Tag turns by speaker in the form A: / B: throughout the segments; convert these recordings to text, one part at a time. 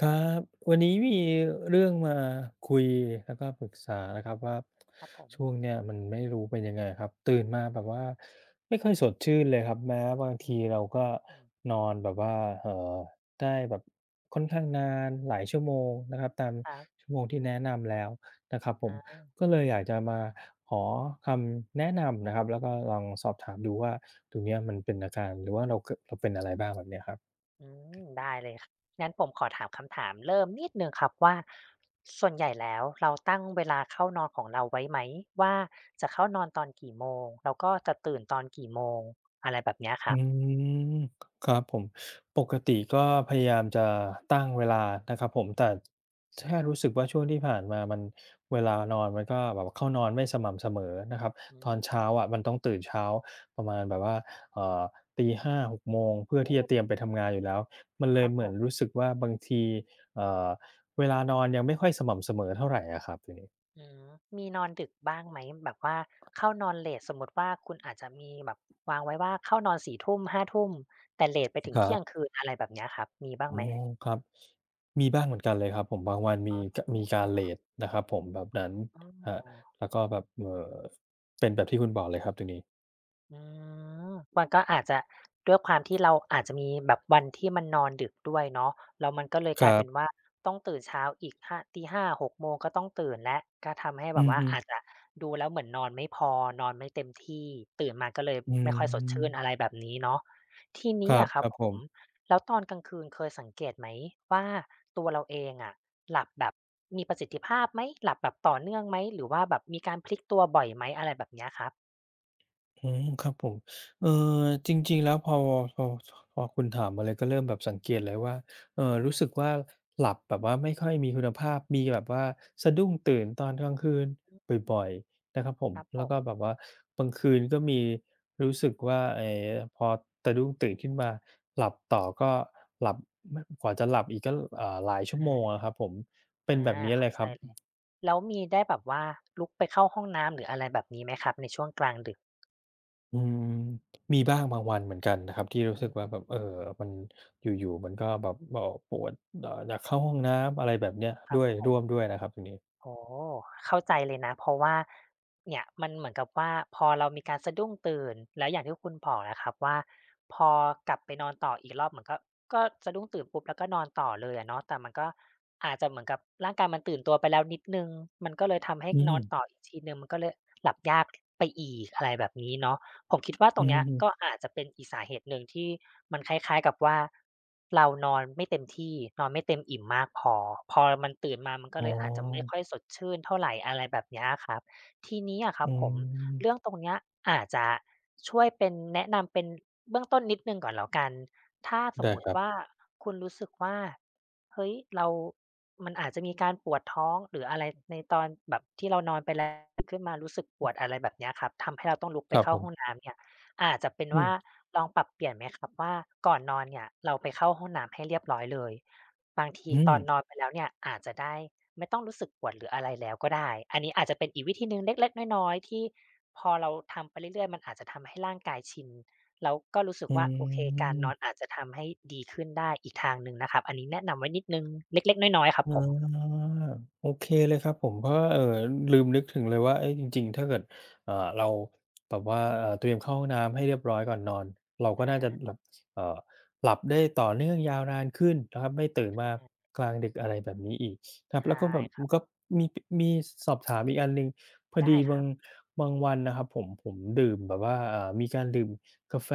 A: ครับวันนี้มีเรื่องมาคุยแล้วก็ปรึกษานะครับว่า
B: ครับผม
A: ช่วงเนี้ยมันไม่รู้เป็นยังไงครับตื่นมาแบบว่าไม่ค่อยสดชื่นเลยครับแม้บาง
B: อื
A: ที
B: อ
A: เราก็
B: อืม
A: นอนแบบว่าเอ่อได้แบบค่อนข้างนานหลายชั่วโมงนะครับตาม
B: ครับ
A: ชั่วโมงที่แนะนำแล้วนะครับผม
B: อา
A: ก็เลยอยากจะมาขอคำแนะนำนะครับแล้วก็ลองสอบถามดูว่าตรงเนี้ยมันเป็นอาการหรือว่าเราเกิดเราเป็นอะไรบ้างแบบเนี้ยครับ
B: อืได้เลยคงั้นผมขอถามคำถามเริ่มนิดหนึ่งครับว่า ส่วนใหญ่แล้วเราตั้งเวลาเข้านอนของเราไว้ไหมว่าจะเข้านอนตอนกี่โมงแล้วก็จะตื่นตอนกี่โมงอะไรแบบเนี้ยค
A: อื
B: รับ
A: มครับผมปกติก็พยายามจะตั้งเวลานะครับผมแต่แค่รู้สึกว่าช่วงที่ผ่านมามันเวลานอนมันก็แบบเข้านอนไม่สม่ำเสมอนะครับ
B: อื
A: ตอนเช้า
B: ม
A: อะมันต้องตื่นเช้าประมาณแบบว่าเอ่อตีห5าห6โมงเพื่อ
B: โอ
A: ที่จะเตรีย
B: ้
A: มไปทำงานอยู่แล้วมันเล
B: ค
A: ย
B: รับ
A: เห
B: ผ
A: มือน
B: ม
A: รู้สึกว่าบางทีเอ่อเวลานอนยังไม่ค่อยสม่ำเสมอเท่าไรอะครับตรงนี้
B: อืมมีนอนดึกบ้างไหมแบบว่าเข้านอนเลตสมมุติว่าคุณอาจจะมีแบบวางไว้ว่าเข้านอนส่ทุ่มห้าทุ่มแต่เลตไปถึง
A: ครั
B: เที่ยง
A: บ
B: คืนอะไรแบบเนี้ยครับมีบ้าง
A: อ๋อ
B: ไหม
A: ครับมีบ้างเหมือนกันเลยครับผมบางวันมี
B: อ๋
A: กมีกา
B: ออ
A: รเลตนะครับผมแบบนั้น
B: ้
A: ครั
B: อ
A: บแล้วก็แบบเป็นแบบที่คุณบอกเลยครับตรงนี้
B: อืมมันก็อาจจะด้วยความที่เราอาจจะมีแบบวันที่มันนอนดึกด้วยเนาะแล้วมันก็เลย
A: ค
B: กลา
A: รั
B: ยเป็น
A: บ
B: ว่าต้องตื่นเช้าอีกห้าตีห6โมงก็ต้องตื่นแล้วก็ทำให้
A: อื
B: แบบ
A: อ
B: ว่า
A: ฮึ
B: อาจจะดูแล้วเหมือนนอนไม่พอนอนไม่เต็มที่ตื่นมาก็เลย
A: อื
B: ไม่ค่อยสดชื่น
A: ม
B: อะไรแบบนี้เนาะที
A: ค
B: นี้
A: รับ
B: อะค
A: ค
B: รับ
A: รับ
B: ผ
A: ผ
B: ม
A: ม
B: แล้วตอนกลางคืนเคยสังเกตไหมว่าตัวเราเองอะหลับแบบมีประสิทธิภาพไหมหลับแบบต่อเนื่องไหมหรือว่าแบบมีการพลิกตัวบ่อยไหมอะไรแบบเนี้ยครับ
A: อืมครับผมเอ่อจริงๆแล้วพอพอคุณถามมาเลยก็เริ่มแบบสังเกตเลยว่ารู้สึก
B: อา
A: ว่าหลับแบบว่าไม่ค่อยมีคุณภาพมีแบบว่าสะดุ้งตื่นตอนกลางคืนบ่อยๆนะครับผม
B: ครับผ
A: แล้ว
B: ม
A: ก็แบบว่าบางคืนก็มีรู้สึกว่าไอ้พอสะดุ้งตื่นขึ้นมาหลับต่อก็หลับมกว่าจะหลับอีกก็หลายชั่วโมงอะ
B: อา
A: ครับผมเป็น
B: อา
A: แบบนี้เลย
B: เข้า
A: ค
B: ใจ
A: รับ
B: เลยแล้วมีได้แบบว่าลุกไปเข้าห้องน้ำหรืออะไรแบบนี้ไหมครับในช่วงกลางดึก
A: อืมมีบ้างบางวันเหมือนกันนะครับที่รู้สึกว่า
B: อืม
A: แบบเออมันอยู่ๆมันก็แบบบอกปวดอยากเข้าห้องน้ำอะไรแบบเนี้ย
B: ค
A: ด้
B: รับ
A: วย
B: ผ
A: ร่
B: ม
A: วมด้วยนะครับตรงนี้
B: โอ้โฮเข้าใจเลยนะเพราะว่าเนี่ยมันเหมือนกับว่าพอเรามีการสะดุ้งตื่นแล้วอย่างที่คุณบอกนะครับว่าพอกลับไปนอนต่ออีกรอบเหมือนก็สะดุ้งตื่นปุ๊บแล้วก็นอนต่อเลยอะเนาะแต่มันก็อาจจะเหมือนกับร่างกายมันตื่นตัวไปแล้วนิดหนึ่งมันก็เลยทำให้
A: อื
B: น
A: ม
B: อนต่ออีกทีหนึ่งมันก็เลยหลับยากไปอีกอะไรแบบนี้เนาะ ผมคิดว่าต
A: อื
B: รงเนี้ย
A: ม
B: ก็อาจจะเป็นอีกสาเหตุหนึ่งที่มันคล้ายๆกับว่าเรานอนไม่เต็มที่นอนไม่เต็มอิ่มมากพอพอมันตื่นมามันก็
A: อ๋
B: เลยอาจจะไม่
A: อ
B: ค่อยสดชื่นเท่าไรอะไรแบบเนี้ยครับทีนี้อะครับ
A: อื
B: ผม
A: ม
B: เรื่องตรงเนี้ยอาจจะช่วยเป็นแนะนำเป็นเบื้องต้นนิดหนึ่งก่อนแล้วกัน ถ้าสม
A: ได้
B: มุ
A: ค
B: ติ
A: รับ
B: ว่าคุณรู้สึกว่าเฮ้ยเรามันอาจจะมีการปวดท้องหรืออะไรในตอนแบบที่เรานอนไปแล้วตื่นขึ้นมารู้สึกปวดอะไรแบบเนี้ยครับทำให้เราต้องลุก
A: ค
B: ไป
A: รับ
B: เข้า
A: ผ
B: ห้อง
A: ม
B: น้ำเนี่ยอาจจะเป็น
A: อืม
B: ว่าลองปรับเปลี่ยนไหมครับว่าก่อนนอนเนี่ยเราไปเข้าห้องน้ำให้เรียบร้อยเลยบางที
A: อื
B: ต
A: ม
B: อนนอนไปแล้วเนี่ยอาจจะได้ไม่ต้องรู้สึกปวดหรืออะไรแล้วก็ได้อันนี้อาจจะเป็นอีกวิธีหนึ่งเล็กๆน้อยๆที่พอเราทำไปเรื่อยๆมันอาจจะทำให้ร่างกายชิน เราก็รู้สึก
A: อื
B: ว่าโอเคการนอนอา
A: ม
B: จจะทำให้ดีขึ้นได้อีกทางหนึ่งนะครับอันนี้แนะนำไว้นิดหนึ่งเล็กๆน้อยๆครับ
A: อ
B: ผม
A: าโอเคเลยครับผมเพราะว่าลืมนึกถึงเลยว่าเอ๊ะจริงๆถ้าเกิดเราแบบว่าเตรียมเข้าห้องน้ำให้เรียบร้อยก่อนนอนเราก็น่าจะห
B: อา
A: ลับเอ่อหลับได้ต่อเนื่องยาวนานขึ้นนะครับไม่ตื่นมากลางดึกอะไรแบบนี้อีกครับแล้วก็
B: ใช่
A: แบบ
B: ค
A: มั
B: รั
A: นก็
B: บ
A: มีปมีสอบถามอีกอันหนึ่งพอ
B: ได้
A: ดี
B: ครับ
A: บางวันนะครับผมผมดื่มแบบว่ามีการดื่มกาแฟ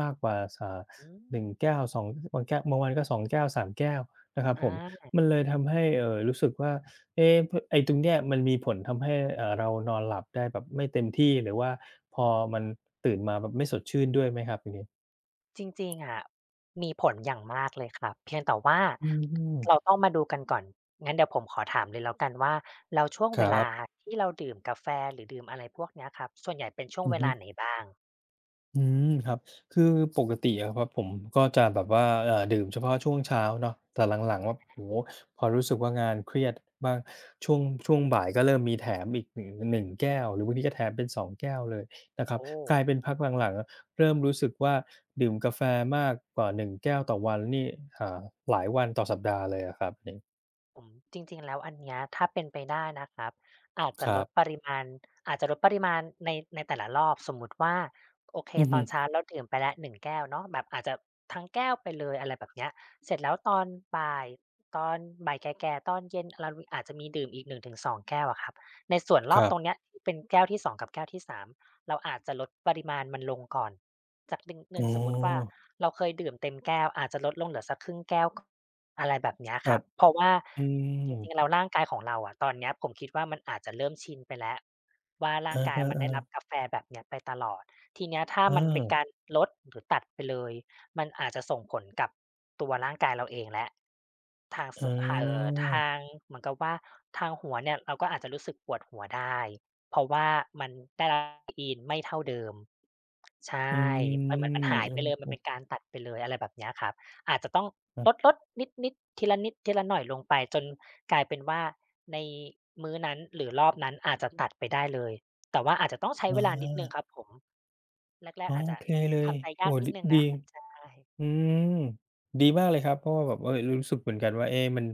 A: มากกว่าส
B: อืม
A: หนึ่งแก้วสองบางแก้วบางวันก็สองแก้ว3แก้วนะครับผม
B: อา
A: มันเลยทำให้รู้สึกว่าเอ๊ะพไอ้ตรงเนี้ยมันมีผลทำให้เรานอนหลับได้แบบไม่เต็มที่หรือว่าพอมันตื่นมาแบบไม่สดชื่นด้วยไหมครับตรงนี้
B: จริงๆอะมีผลอย่างมากเลยครับเพียงแต่ว่า
A: อืม
B: เราต้องมาดูกันก่อนงั้นเดี๋ยวผมขอถามเลยแล้วกันว่าแล้วช่วง
A: ค
B: เว
A: รั
B: ลา
A: บ
B: ที่เราดื่มกาแฟหรือดื่มอะไรพวกเนี้ยครับส่วนใหญ่เป็นช่วง
A: อือ
B: เว
A: ฮึ
B: ลาไหนบ้าง
A: อืมครับคือปกติอะครับผมก็จะแบบว่าดื่มเฉพาะช่วงเช้าเนาะแต่หลังๆว่าโอ้โฮพอรู้สึกว่างานเครียดบ้างช่วงบ่ายก็เริ่มมีแถมอีก 1- งหนึ่
B: อื
A: งแก้วหรือบางทีก็
B: ม
A: แถมเป็น2แก้วเลยนะครับ
B: โอ้
A: กลายเป็นพักหลังๆอะเริ่มรู้สึกว่าดื่มกาแฟมากกว่า1แก้วต่อวันนี่อ่าหลายวันต่อสัปดาห์เลยอะครับอย่าง
B: ผมจริงๆแล้วอันเนี้ยถ้าเป็นไปได้นะครับอาจ
A: ค
B: จะ
A: รั
B: ลดป
A: บ
B: ริมาณอาจจะลดปริมาณในแต่ละรอบสมมุติว่าโอเค
A: อือ
B: ตอ
A: ฮึ
B: นเช้าเราดื่มไปแล้ว1แก้วเนาะแบบอาจจะทั้งแก้วไปเลยอะไรแบบเนี้ยเสร็จแล้วตอนบ่ายตอนบ่ายแก่ๆตอนเย็นเราลอาจจะมีดื่มอีก1งถึงสองแก้วอะครับในส่วนร
A: ค
B: อบ
A: รั
B: ตรงเนี้
A: บ
B: ยที่เป็นแก้วที่สองกับแก้วที่สามเราอาจจะลดปริมาณมันลงก่อนจากหนึ่งหนึ่
A: อ๋อ
B: งสมมุติว่า เราเคยดื่มเต็มแก้วอาจจะลดลงเหลือสักครึ่งแก้วอะไรแบบเนี้ย
A: ค
B: ค
A: รั
B: รั
A: บ
B: บเพราะว่า
A: อื
B: จ
A: ม
B: ริงๆแล้วร่างกายของเราอะตอนเนี้ยผมคิดว่ามันอาจจะเริ่มชินไปแล้วว่าร่าง
A: อะ
B: กายมันได้รับ
A: ฮะ
B: กาแฟแบบเนี้ยไปตลอดทีเนี้ยถ้า
A: ๆเอ
B: มัน
A: อ
B: เป็นการลดหรือตัดไปเลยมันอาจจะส่งผลกับตัวร่างกายเราเองแล้วทางส
A: อ๋
B: ทา
A: อ
B: งเหมือนกับว่าทางหัวเนี่ยเราก็อาจจะรู้สึกปวดหัวได้เพราะว่ามันได้รับ caffeine ไม่เท่าเดิม ใช่
A: อื
B: มันเหมือนมัน
A: ม
B: หาย
A: ออ
B: ไปเลยมั
A: อื
B: น
A: อ
B: เป็นการตัดไปเลยอะไรแบบเนี้ยครับ อาจจะต้องลดๆนิดๆทีละนิดทีละหน่อยลงไปจนกลายเป็นว่าในมื้อนั้นหรือรอบนั้นอาจจะตัดไปได้เลยแต่ว่าอาจจะต้องใช้
A: อะ
B: เวลา
A: ฮ
B: นิดหนึ่งครั
A: ะ
B: บผมแรก
A: อ๋
B: ๆ
A: อ
B: อาจ
A: โอ
B: จะ
A: เคเลย
B: ทำใจยา
A: โอ้
B: ก
A: โฮ
B: นิ
A: ด
B: ดหนึ่งนะ
A: ดี
B: ใช่
A: อืมดีมากเลยครับเพราะว่าแบบเออรู้สึกเหมือนกันว่าเอ๊ะ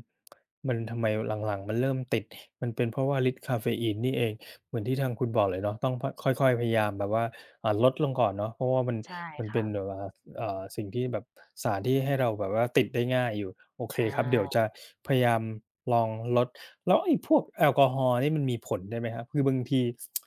A: มันทำไมหลังๆมันเริ่มติดมันเป็นเพราะว่าฤทธิ์คาเฟอีนนี่เองเหมือนที่ทางคุณบอกเลยเนาะต้องพค่อยๆพยายามแบบว่าลดลงก่อนเนาะเพราะว่า
B: ใช่
A: มัน
B: ค
A: เป็น
B: รับ
A: แบบว่าสิ่งที่แบบสารที่ให้เราแบบว่าติดได้ง่ายอยู่โอ
B: ใช
A: เคครับเดี๋ยวจะ
B: ่
A: พยายามลองลดแล้วไอ้พวกแอลกอฮอล์นี่มันมีผลด้วยไหมครับคือบางที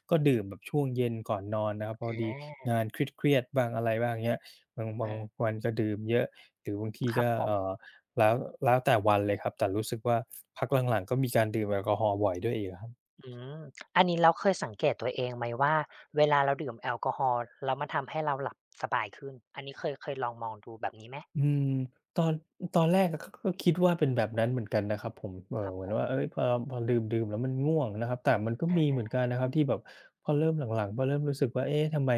A: ก็ดื่มแบบช่วงเย็นก่อนนอนนะครับพอดี
B: อา
A: งานเครียดๆบ้างอะไรบ้างเงี้ย บา
B: อ
A: ง
B: า
A: วันก็ดื่มเยอะหรือบางที
B: ครับ
A: ก็
B: ผม
A: แล้วแล้วแต่วันเลยครับแต่รู้สึกว่าพักหลังๆก็มีการดื่มแอลกอฮอล์บ่อยด้วยอีกอะครับ
B: อืมอันนี้แล้วเคยสังเกตตัวเองไหมว่าเวลาเราดื่มแอลกอฮอล์แล้วมันทำให้เราหลับสบายขึ้นอันนี้เคยเคยลองมองดูแบบนี้ไหม
A: อืมตอนตอนแรกอะก็คิดว่าเป็นแบบนั้นเหมือนกันนะครับผม
B: ครับ
A: เหมือ
B: ผ
A: น
B: ม
A: ว่าเฮ้ยพอดื่มๆแล้วมันง่วงนะครับแต่มันก็มี
B: อา
A: เหมือนกันนะครับที่แบบพอเริ่มหลังๆพอเริ่มรู้สึกว่าเอ๊ะทำไม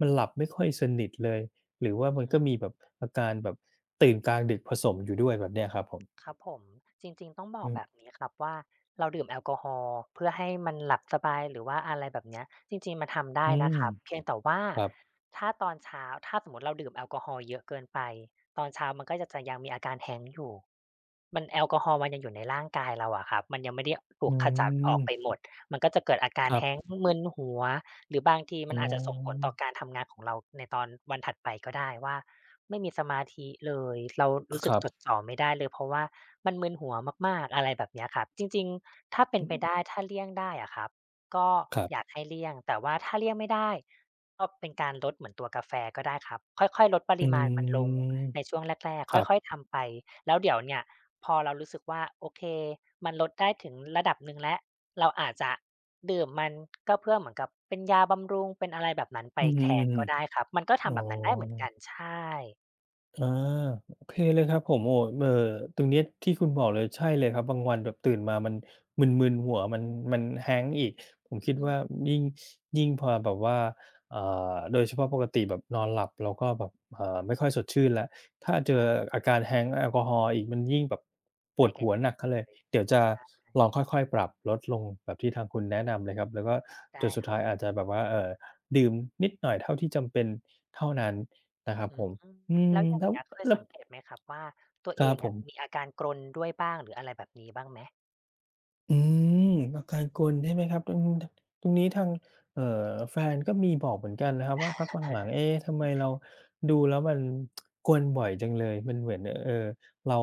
A: มันหลับไม่ค่อยสนิทเลยหรือว่ามันก็มีแบบอาการแบบตื่นกลางดึกผสมอยู่ด้วยแบบเนี้ยครับผม
B: ครับผมจริงๆต้องบอ
A: อื
B: กแบบ
A: ม
B: นี้ครับว่าเราดื่มแอลกอฮอล์เพื่อให้มันหลับสบายหรือว่าอะไรแบบเนี้ยจริงๆมันทำได้
A: อืม
B: นะครับเพียงแต่ว่า
A: ครับ
B: ถ้าตอนเช้าถ้าสมมุติเราดื่มแอลกอฮอล์เยอะเกินไปตอนเช้ามันก็จะจะยังมีอาการ Hangover อยู่มันแอลกอฮอล์มันยังอยู่ในร่างกายเราอะครับมันยังไม่ได้ถู
A: อื
B: กขจัดออ
A: ม
B: กไปหมด
A: ครับ
B: มึนหัวหรือบางที
A: อ๋
B: มันอาจจะส่งผล
A: อ
B: ต่อการทำงานของเราในตอนวันถัดไปก็ได้ว่าไม่มีสมาธิเลยเรารู้
A: ค
B: สึก
A: รั
B: จด
A: บ
B: จ่อไม่ได้เลยเพราะว่ามันมึนหัวมากๆอะไรแบบเนี้ยครับจริงๆถ้าเป็น
A: อื
B: ไป
A: อ
B: ได้ถ้าเลี่ยงได้อะครับก็
A: ครั
B: อยา
A: บ
B: กให้เลี่ยงแต่ว่าถ้าเลี่ยงไม่ได้ก็เป็นการลดเหมือนตัวกาแฟก็ได้ครับค่อยๆลดป
A: อื
B: ริมาณมันลง
A: ม
B: ในช่วงแรก
A: ค
B: ๆค่
A: รั
B: อย
A: บ
B: ๆทำไปแล้วเดี๋ยวเนี่ยพอเรารู้สึกว่าโอเคมันลดได้ถึงระดับหนึ่งแล้ว เราอาจจะดื่มมันก็เพื่อเหมือนกับเป็นยาบำรุงเป็นอะไรแบบนั้นไป
A: อือฮึ
B: แทนก็ได้ครับมันก็
A: ๆอ๋
B: ทำ
A: อ
B: แบบนั้นได้เหมือนกันใช่
A: อาโอเคเลยครับผมโอ้ตรงเนี้ยที่คุณบอกเลยใช่เลยครับบางวันแบบตื่นมามันมึนๆหัวมัน Hank อีกผมคิด
B: อื
A: ว่า
B: ม
A: ยิ่งยิ่งพอแบบว่าอ่โดยเฉพาะปกติแบบนอนหลับเราก็แบบอ่าไม่ค่อยสดชื่นแล้วถ้าเจอ
B: ค่ะ
A: อาการ Hank แอลกอฮอล์อีกมันยิ่งแบบป
B: ไป
A: วด
B: กัน
A: หัวหนักเข้าเลย
B: เลย
A: เดี๋ยวจะ
B: ใช่
A: ลองค่อยๆปรับลดลงแบบที่ทางคุณแนะนำเลยครับแล้วก็จ
B: ได้
A: นสุด
B: ครั
A: ท้า
B: บ
A: ย
B: ผ
A: อาจ
B: ม
A: จะแบบว่าดื่มนิดหน่อยเท่าที่จำเป็นเท่านั้นนะครับ
B: อื
A: ผ
B: ม
A: ม อื
B: แล้
A: ม
B: วอย่าง
A: แล้ว
B: เงี้ยเคย
A: แล้ว
B: สังเกตไหมครับว่าตัว
A: ค
B: เอ
A: รับ
B: ง
A: ผ
B: อะ
A: ม
B: มีอาการกรนด้วยบ้างหรืออะไรแบบนี้บ้างไหม
A: อืมอาการกรนใช่ไหมครับอืมตรงนี้ทางเอ่อแฟนก็มีบอกเหมือนกันนะครับว่าพักหลังๆเอ๊ะทำไมเราดูแล้วมันกรนบ่อยจังเลยมันเหมือนเรา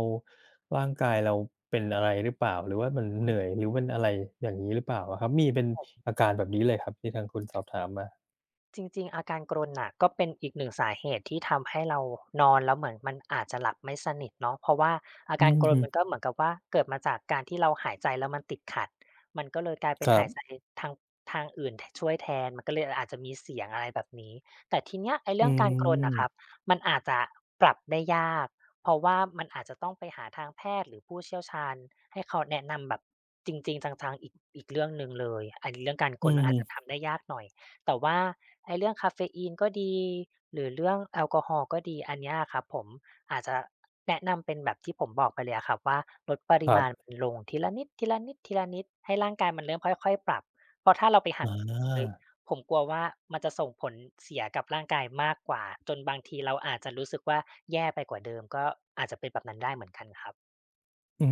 A: ร่างกายเราเป็นอะไรหรือเปล่าหรือว่ามันเหนื่อยหรือมันอะไรอย่างงี้หรือเปล่าอะครับมีเป็นอาการแบบนี้เลยครับที่ทางคุณสอบถามมา
B: จริงๆอาการกรนน่ะก็เป็นอีกหนึ่งสาเหตุที่ทำให้เรานอนแล้วเหมือนมันอาจจะหลับไม่สนิทเนาะเพราะว่าอา
A: อื
B: การ
A: อ
B: กรน
A: ฮึ
B: มันก็เหมือนกับว่าเกิดมาจากการที่เราหายใจแล้วมันติดขัดมันก็เลยกลายเป็
A: ค
B: น
A: รับ
B: หายใจทางทางอื่นทช่วยแทนมันก็เลยอาจจะมีเสียงอะไรแบบนี้แต่ทีเนี้ยไอ้
A: อื
B: เรื่องการกรนน่ะครับ
A: ม
B: มันอาจจะปรับได้ยากเพราะว่ามันอาจจะต้องไปหาทางแพทย์หรือผู้เชี่ยวชาญให้เขาแนะนำแบบจริงๆจังๆอีกเรื่องหนึ่งเลยไอ้เรื่องการก
A: อื
B: รน
A: อ
B: อา
A: ฮึ
B: จจะทำได้ยากหน่อย แต่ว่าไอ้เรื่องคาเฟอีนก็ดีหรือเรื่องแอลกอฮอล์ก็ดีอันเนี้ยอะครับผมอาจจะแนะนำเป็นแบบที่ผมบอกไปเลยอะครับว่าลดป
A: ค
B: ริ
A: รั
B: มาณ
A: บ
B: มันลงทีละนิดทีละนิดทีละนิดให้ร่างกายมันเริ่มค่อยๆปรับเพราะถ้าเราไปหัก
A: อา
B: เลยผมกลัวว่ามันจะส่งผลเสียกับร่างกายมากกว่าจนบางทีเราอาจจะรู้สึกว่าแย่ไปกว่าเดิมก็อาจจะเป็นแบบนั้นได้เหมือนกันครับ
A: อื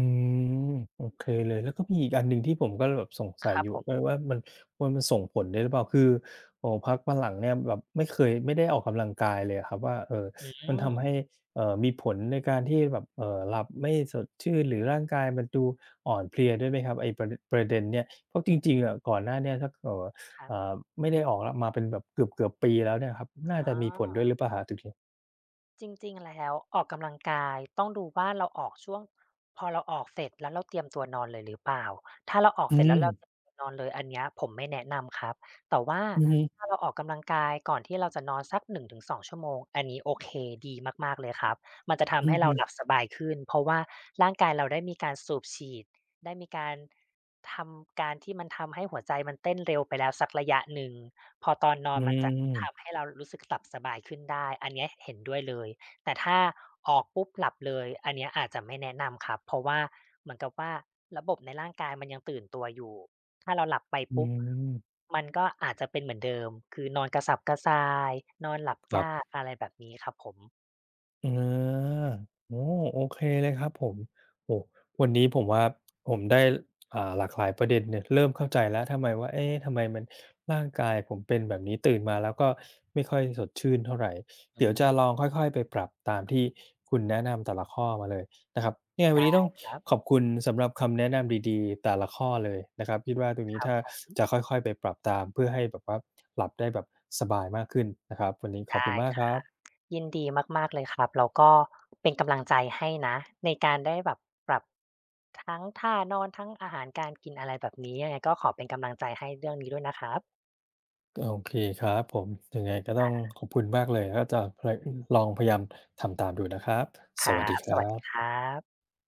A: มโอเคเลยแล้วก็มีอีกอันหนึ่งที่ผมก็แบบสง
B: ค
A: สัย
B: รั
A: อ
B: บ
A: ยู่
B: ผ
A: ด้วา
B: ม
A: ว่ามันส่งผลได้หรือเปล่าคือโอ้พักมาหลังเนี่ยแบบไม่เคยไม่ได้ออกกำลังกายเลยอะครับว่าเออ
B: อื
A: มันทำให้
B: ม
A: มีผลในการที่แบบเออหลับไม่สดชื่นหรือร่างกายมันดูอ่อนเพลียด้วยไหมครับไอ้ประเด็นเนี่ยเพราะจริงๆอะก่อนหน้าเนี่ยถ้าเออ
B: ครั
A: เอ
B: บ
A: อไม่ได้ออกละมาเป็นแบบเกือบปีแล้วเนี่ยครับน่าจะมีผลด้
B: อ
A: วย
B: อ
A: หรือเปล่าครตรงนี้
B: จริงๆแล้วออกกำลังกายต้องดูว่าเราออกช่วงพอเราออกเสร็จแล้วเราเตรียมตัวนอนเลยหรือเปล่าถ้าเราออก
A: อื
B: เสร็จแล้
A: ม
B: วเราเตรียมตัวนอนเลยอันเนี้ยผมไม่แนะนำครับแต่ว่า
A: อืม
B: ถ้าเราออกกำลังกายก่อนที่เราจะนอนสัก1-2ชั่วโมงอันนี้โอเคดีมากๆเลยครับมันจะ
A: อ
B: ทำ
A: ม
B: ให้
A: อื
B: เรา
A: ม
B: หลับสบายขึ้นเพราะว่าร่างกายเราได้มีการสูบฉีดได้มีการทำการที่มันทำให้หัวใจมันเต้นเร็วไปแล้วสักระยะหนึ่ง พอตอนนอ
A: อื
B: นมันจะทำ
A: ม
B: ให้เรารู้สึกหลับสบายขึ้นได้อันเนี้ยเห็นด้วยเลยแต่ถ้าออกปุ๊บหลับเลยอันเนี้ยอาจจะไม่แนะนำครับเพราะว่าเหมือนกับว่าระบบในร่างกายมันยังตื่นตัวอยู่ถ้าเราหลับไป
A: อื
B: ปุ๊บ
A: ม
B: มันก็อาจจะเป็นเหมือนเดิมคือนอนกระสับกระส่ายนอนหลับ
A: ครับ
B: ยากอะไรแบบนี้ครับผม
A: อาอ๋อโอเคเลยครับผมโอ้วันนี้ผมว่าผมได้อ่าหลากหลายประเด็นเนี่ยเริ่มเข้าใจแล้วทำไมว่าเอ๊ะทำไมมันร่างกายผมเป็นแบบนี้ตื่นมาแล้วก็ไม่ค่อยสดชื่นเท่าไร
B: อื
A: เดี๋ยวจะลอ
B: ม
A: งค่อยๆไปปรับตามที่คุณแนะนำแต่ละข้อมาเลยนะครับยังไงวัน
B: ได้
A: นี้ต้อง
B: ครับ
A: ขอบคุณสำหรับคำแนะนำดีๆแต่ละข้อเลยนะครับคิดว่าตรง
B: ค
A: นี้
B: รับ
A: ถ้า
B: ผม
A: จะค่อยๆไปปรับตามเพื่อให้แบบว่าหลับได้แบบสบายมากขึ้นนะครับวันนี้ขอบ
B: ได้
A: คุณมากครับ
B: ยินดีมากๆเลยครับแล้วก็เป็นกำลังใจให้นะในการได้แบบปรับทั้งท่านอนทั้งอาหารการกินอะไรแบบนี้ยังไงก็ขอเป็นกำลังใจให้เรื่องนี้ด้วยนะครับ
A: โอเคครับผมยังไงก็ต้องขอบคุณมากเลยก็จะพยลองพยายามทำตามดูนะครับ
B: ค
A: ส
B: รั
A: วัสดี
B: บ
A: ค
B: ส
A: รั
B: วัสดีค
A: บ
B: รับ